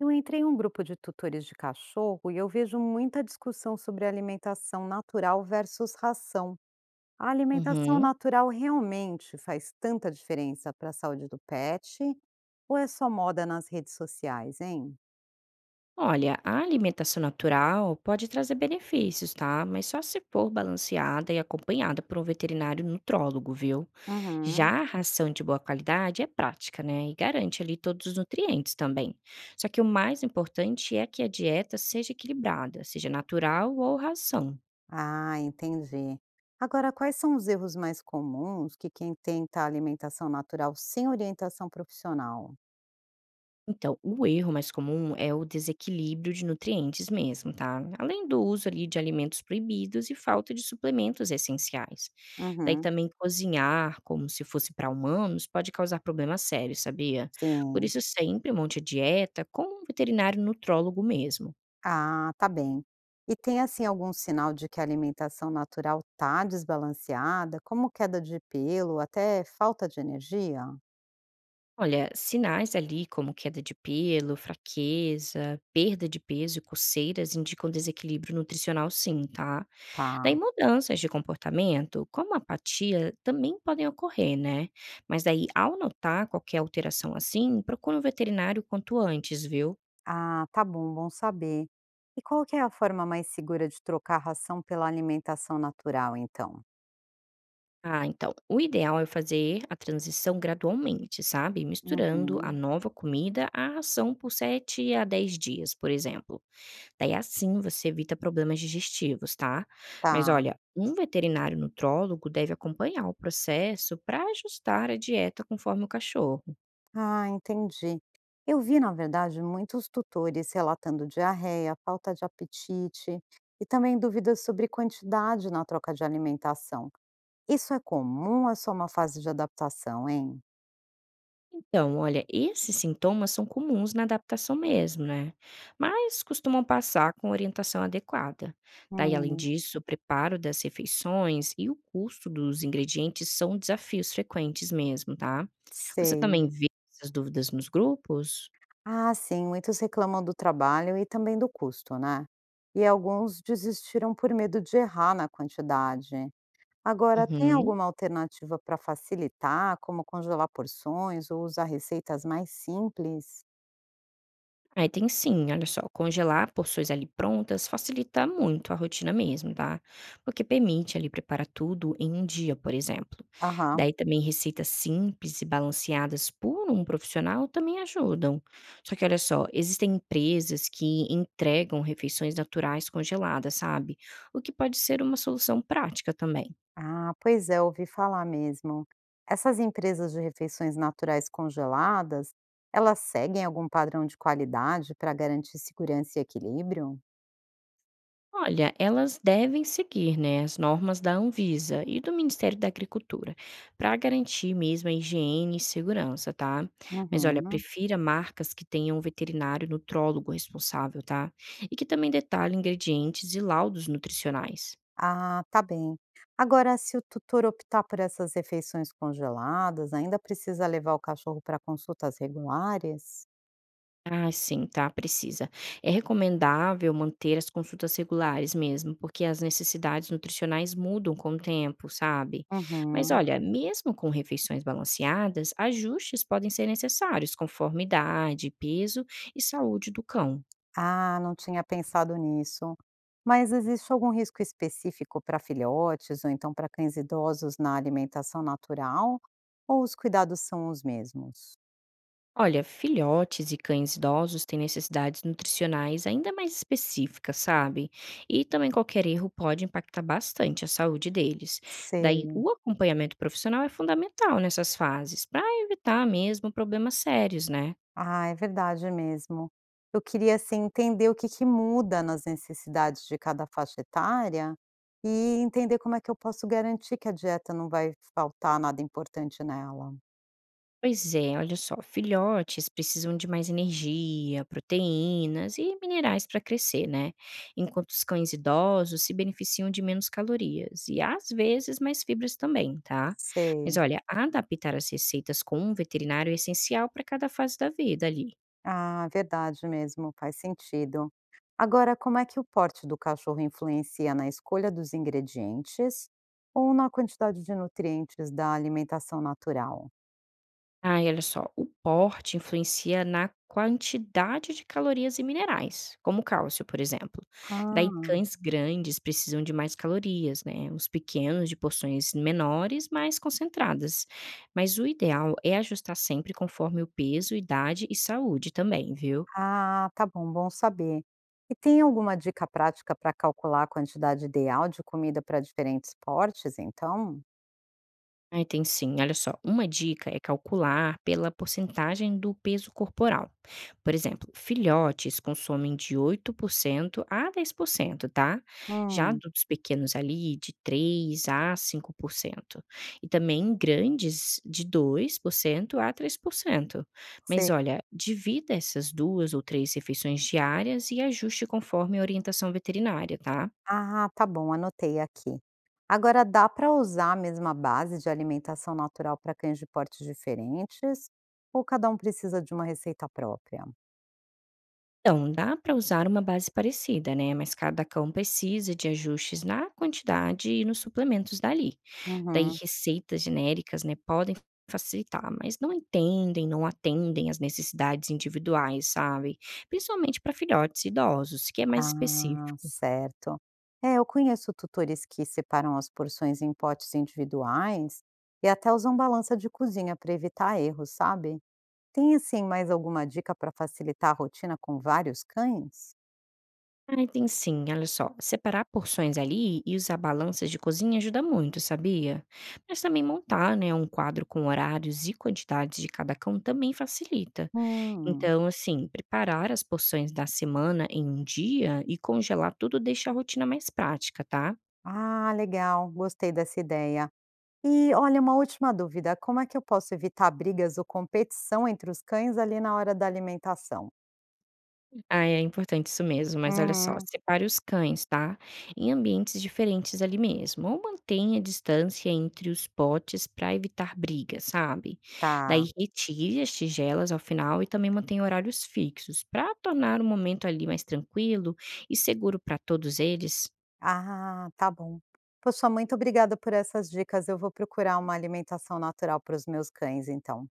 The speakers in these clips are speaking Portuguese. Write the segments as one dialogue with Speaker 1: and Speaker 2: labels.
Speaker 1: Eu entrei em um grupo de tutores de cachorro e eu vejo muita discussão sobre alimentação natural versus ração. A alimentação
Speaker 2: Uhum.
Speaker 1: natural realmente faz tanta diferença para a saúde do pet? Ou é só moda nas redes sociais, hein?
Speaker 2: Olha, a alimentação natural pode trazer benefícios, tá? Mas só se for balanceada e acompanhada por um veterinário nutrólogo, viu?
Speaker 1: Uhum.
Speaker 2: Já a ração de boa qualidade é prática, né? E garante ali todos os nutrientes também. Só que o mais importante é que a dieta seja equilibrada, seja natural ou ração.
Speaker 1: Ah, entendi. Agora, quais são os erros mais comuns que quem tenta alimentação natural sem orientação profissional?
Speaker 2: Então, o erro mais comum é o desequilíbrio de nutrientes mesmo, tá? Além do uso ali de alimentos proibidos e falta de suplementos essenciais. Daí
Speaker 1: Uhum.
Speaker 2: também cozinhar como se fosse para humanos pode causar problemas sérios, sabia? Por
Speaker 1: Sim.
Speaker 2: isso sempre um monte a dieta com um veterinário nutrólogo mesmo.
Speaker 1: Ah, tá bem. E tem assim algum sinal de que a alimentação natural tá desbalanceada, como queda de pelo, até falta de energia?
Speaker 2: Olha, sinais ali como queda de pelo, fraqueza, perda de peso e coceiras indicam desequilíbrio nutricional sim, tá? Daí
Speaker 1: Tá.
Speaker 2: mudanças de comportamento, como apatia, também podem ocorrer, né? Mas daí, ao notar qualquer alteração assim, procura um veterinário quanto antes, viu?
Speaker 1: Ah, tá bom, bom saber. E qual que é a forma mais segura de trocar a ração pela alimentação natural, então?
Speaker 2: Ah, então, o ideal é fazer a transição gradualmente, sabe? Misturando a
Speaker 1: Uhum.
Speaker 2: nova comida à ração por 7 a 10 dias, por exemplo. Daí assim você evita problemas digestivos, tá? Mas
Speaker 1: Tá.
Speaker 2: olha, um veterinário nutrólogo deve acompanhar o processo para ajustar a dieta conforme o cachorro.
Speaker 1: Ah, entendi. Eu vi, na verdade, muitos tutores relatando diarreia, falta de apetite e também dúvidas sobre quantidade na troca de alimentação. Isso é comum ou é só uma fase de adaptação, hein?
Speaker 2: Então, olha, esses sintomas são comuns na adaptação mesmo, né? Mas costumam passar com orientação adequada. Daí, além
Speaker 1: Hum,
Speaker 2: disso, o preparo das refeições e o custo dos ingredientes são desafios frequentes mesmo, tá? Você
Speaker 1: sei.
Speaker 2: também vê essas dúvidas nos grupos?
Speaker 1: Ah, sim, muitos reclamam do trabalho e também do custo, né? E alguns desistiram por medo de errar na quantidade. Agora, tem
Speaker 2: Uhum.
Speaker 1: alguma alternativa para facilitar, como congelar porções ou usar receitas mais simples?
Speaker 2: Aí tem sim, olha só, congelar porções ali prontas facilita muito a rotina mesmo, tá? Porque permite ali preparar tudo em um dia, por exemplo.
Speaker 1: Aham.
Speaker 2: Daí também receitas simples e balanceadas por um profissional também ajudam. Só que olha só, existem empresas que entregam refeições naturais congeladas, sabe? O que pode ser uma solução prática também.
Speaker 1: Ah, pois é, ouvi falar mesmo. Essas empresas de refeições naturais congeladas, elas seguem algum padrão de qualidade para garantir segurança e equilíbrio?
Speaker 2: Olha, elas devem seguir, né, as normas da Anvisa e do Ministério da Agricultura para garantir mesmo a higiene e segurança, tá? Mas olha,
Speaker 1: Uhum.
Speaker 2: prefira marcas que tenham um veterinário nutrólogo responsável, tá? E que também detalhe ingredientes e laudos nutricionais.
Speaker 1: Ah, tá bem. Agora, se o tutor optar por essas refeições congeladas, ainda precisa levar o cachorro para consultas regulares?
Speaker 2: Ah, sim, tá, precisa. É recomendável manter as consultas regulares mesmo, porque as necessidades nutricionais mudam com o tempo, sabe? Mas
Speaker 1: Uhum.
Speaker 2: olha, mesmo com refeições balanceadas, ajustes podem ser necessários conforme idade, peso e saúde do cão.
Speaker 1: Ah, não tinha pensado nisso. Mas existe algum risco específico para filhotes ou então para cães idosos na alimentação natural? Ou os cuidados são os mesmos?
Speaker 2: Olha, filhotes e cães idosos têm necessidades nutricionais ainda mais específicas, sabe? E também qualquer erro pode impactar bastante a saúde deles. Daí,
Speaker 1: Sei.
Speaker 2: o acompanhamento profissional é fundamental nessas fases, para evitar mesmo problemas sérios, né?
Speaker 1: Ah, é verdade mesmo. Eu queria assim entender o que que muda nas necessidades de cada faixa etária e entender como é que eu posso garantir que a dieta não vai faltar nada importante nela.
Speaker 2: Pois é, olha só, filhotes precisam de mais energia, proteínas e minerais para crescer, né? Enquanto os cães idosos se beneficiam de menos calorias e às vezes mais fibras também, tá? Mas
Speaker 1: Sei.
Speaker 2: olha, adaptar as receitas com um veterinário é essencial para cada fase da vida ali.
Speaker 1: Ah, verdade mesmo, faz sentido. Agora, como é que o porte do cachorro influencia na escolha dos ingredientes ou na quantidade de nutrientes da alimentação natural?
Speaker 2: Ai, olha só, o porte influencia na quantidade de calorias e minerais, como o cálcio, por exemplo. Daí,
Speaker 1: Ah.
Speaker 2: cães grandes precisam de mais calorias, né? Os pequenos de porções menores, mais concentradas. Mas o ideal é ajustar sempre conforme o peso, idade e saúde também, viu?
Speaker 1: Ah, tá bom, bom saber. E tem alguma dica prática para calcular a quantidade ideal de comida para diferentes portes, então?
Speaker 2: Ai, tem sim. Olha só, uma dica é calcular pela porcentagem do peso corporal. Por exemplo, filhotes consomem de 8% a 10%, tá? Já
Speaker 1: Hum,
Speaker 2: adultos pequenos ali, de 3 a 5%. E também grandes, de 2% a 3%. Mas
Speaker 1: sei.
Speaker 2: olha, divida essas duas ou três refeições diárias e ajuste conforme a orientação veterinária, tá?
Speaker 1: Ah, tá bom, anotei aqui. Agora, dá para usar a mesma base de alimentação natural para cães de portes diferentes? Ou cada um precisa de uma receita própria?
Speaker 2: Então, dá para usar uma base parecida, né? Mas cada cão precisa de ajustes na quantidade e nos suplementos dali. Daí,
Speaker 1: Uhum.
Speaker 2: receitas genéricas, né, podem facilitar, mas não entendem, não atendem às necessidades individuais, sabe? Principalmente para filhotes e idosos, que é mais
Speaker 1: Ah,
Speaker 2: específico.
Speaker 1: certo. É, eu conheço tutores que separam as porções em potes individuais e até usam balança de cozinha para evitar erros, sabe? Tem, assim, mais alguma dica para facilitar a rotina com vários cães?
Speaker 2: Ah, tem sim, olha só. Separar porções ali e usar balanças de cozinha ajuda muito, sabia? Mas também montar, né, um quadro com horários e quantidades de cada cão também facilita.
Speaker 1: Hum.
Speaker 2: Então, assim, preparar as porções da semana em um dia e congelar tudo deixa a rotina mais prática, tá?
Speaker 1: Ah, legal, gostei dessa ideia. E olha, uma última dúvida: como é que eu posso evitar brigas ou competição entre os cães ali na hora da alimentação?
Speaker 2: Ah, é importante isso mesmo, mas olha só,
Speaker 1: Uhum.
Speaker 2: separe os cães, tá? Em ambientes diferentes ali mesmo. Ou mantenha a distância entre os potes para evitar brigas, sabe?
Speaker 1: Tá.
Speaker 2: Daí retire as tigelas ao final e também mantenha horários fixos para tornar o momento ali mais tranquilo e seguro para todos eles.
Speaker 1: Ah, tá bom. Poxa, muito obrigada por essas dicas. Eu vou procurar uma alimentação natural para os meus cães, então.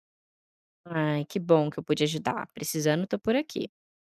Speaker 2: Ai, que bom que eu pude ajudar. Precisando, tô por aqui.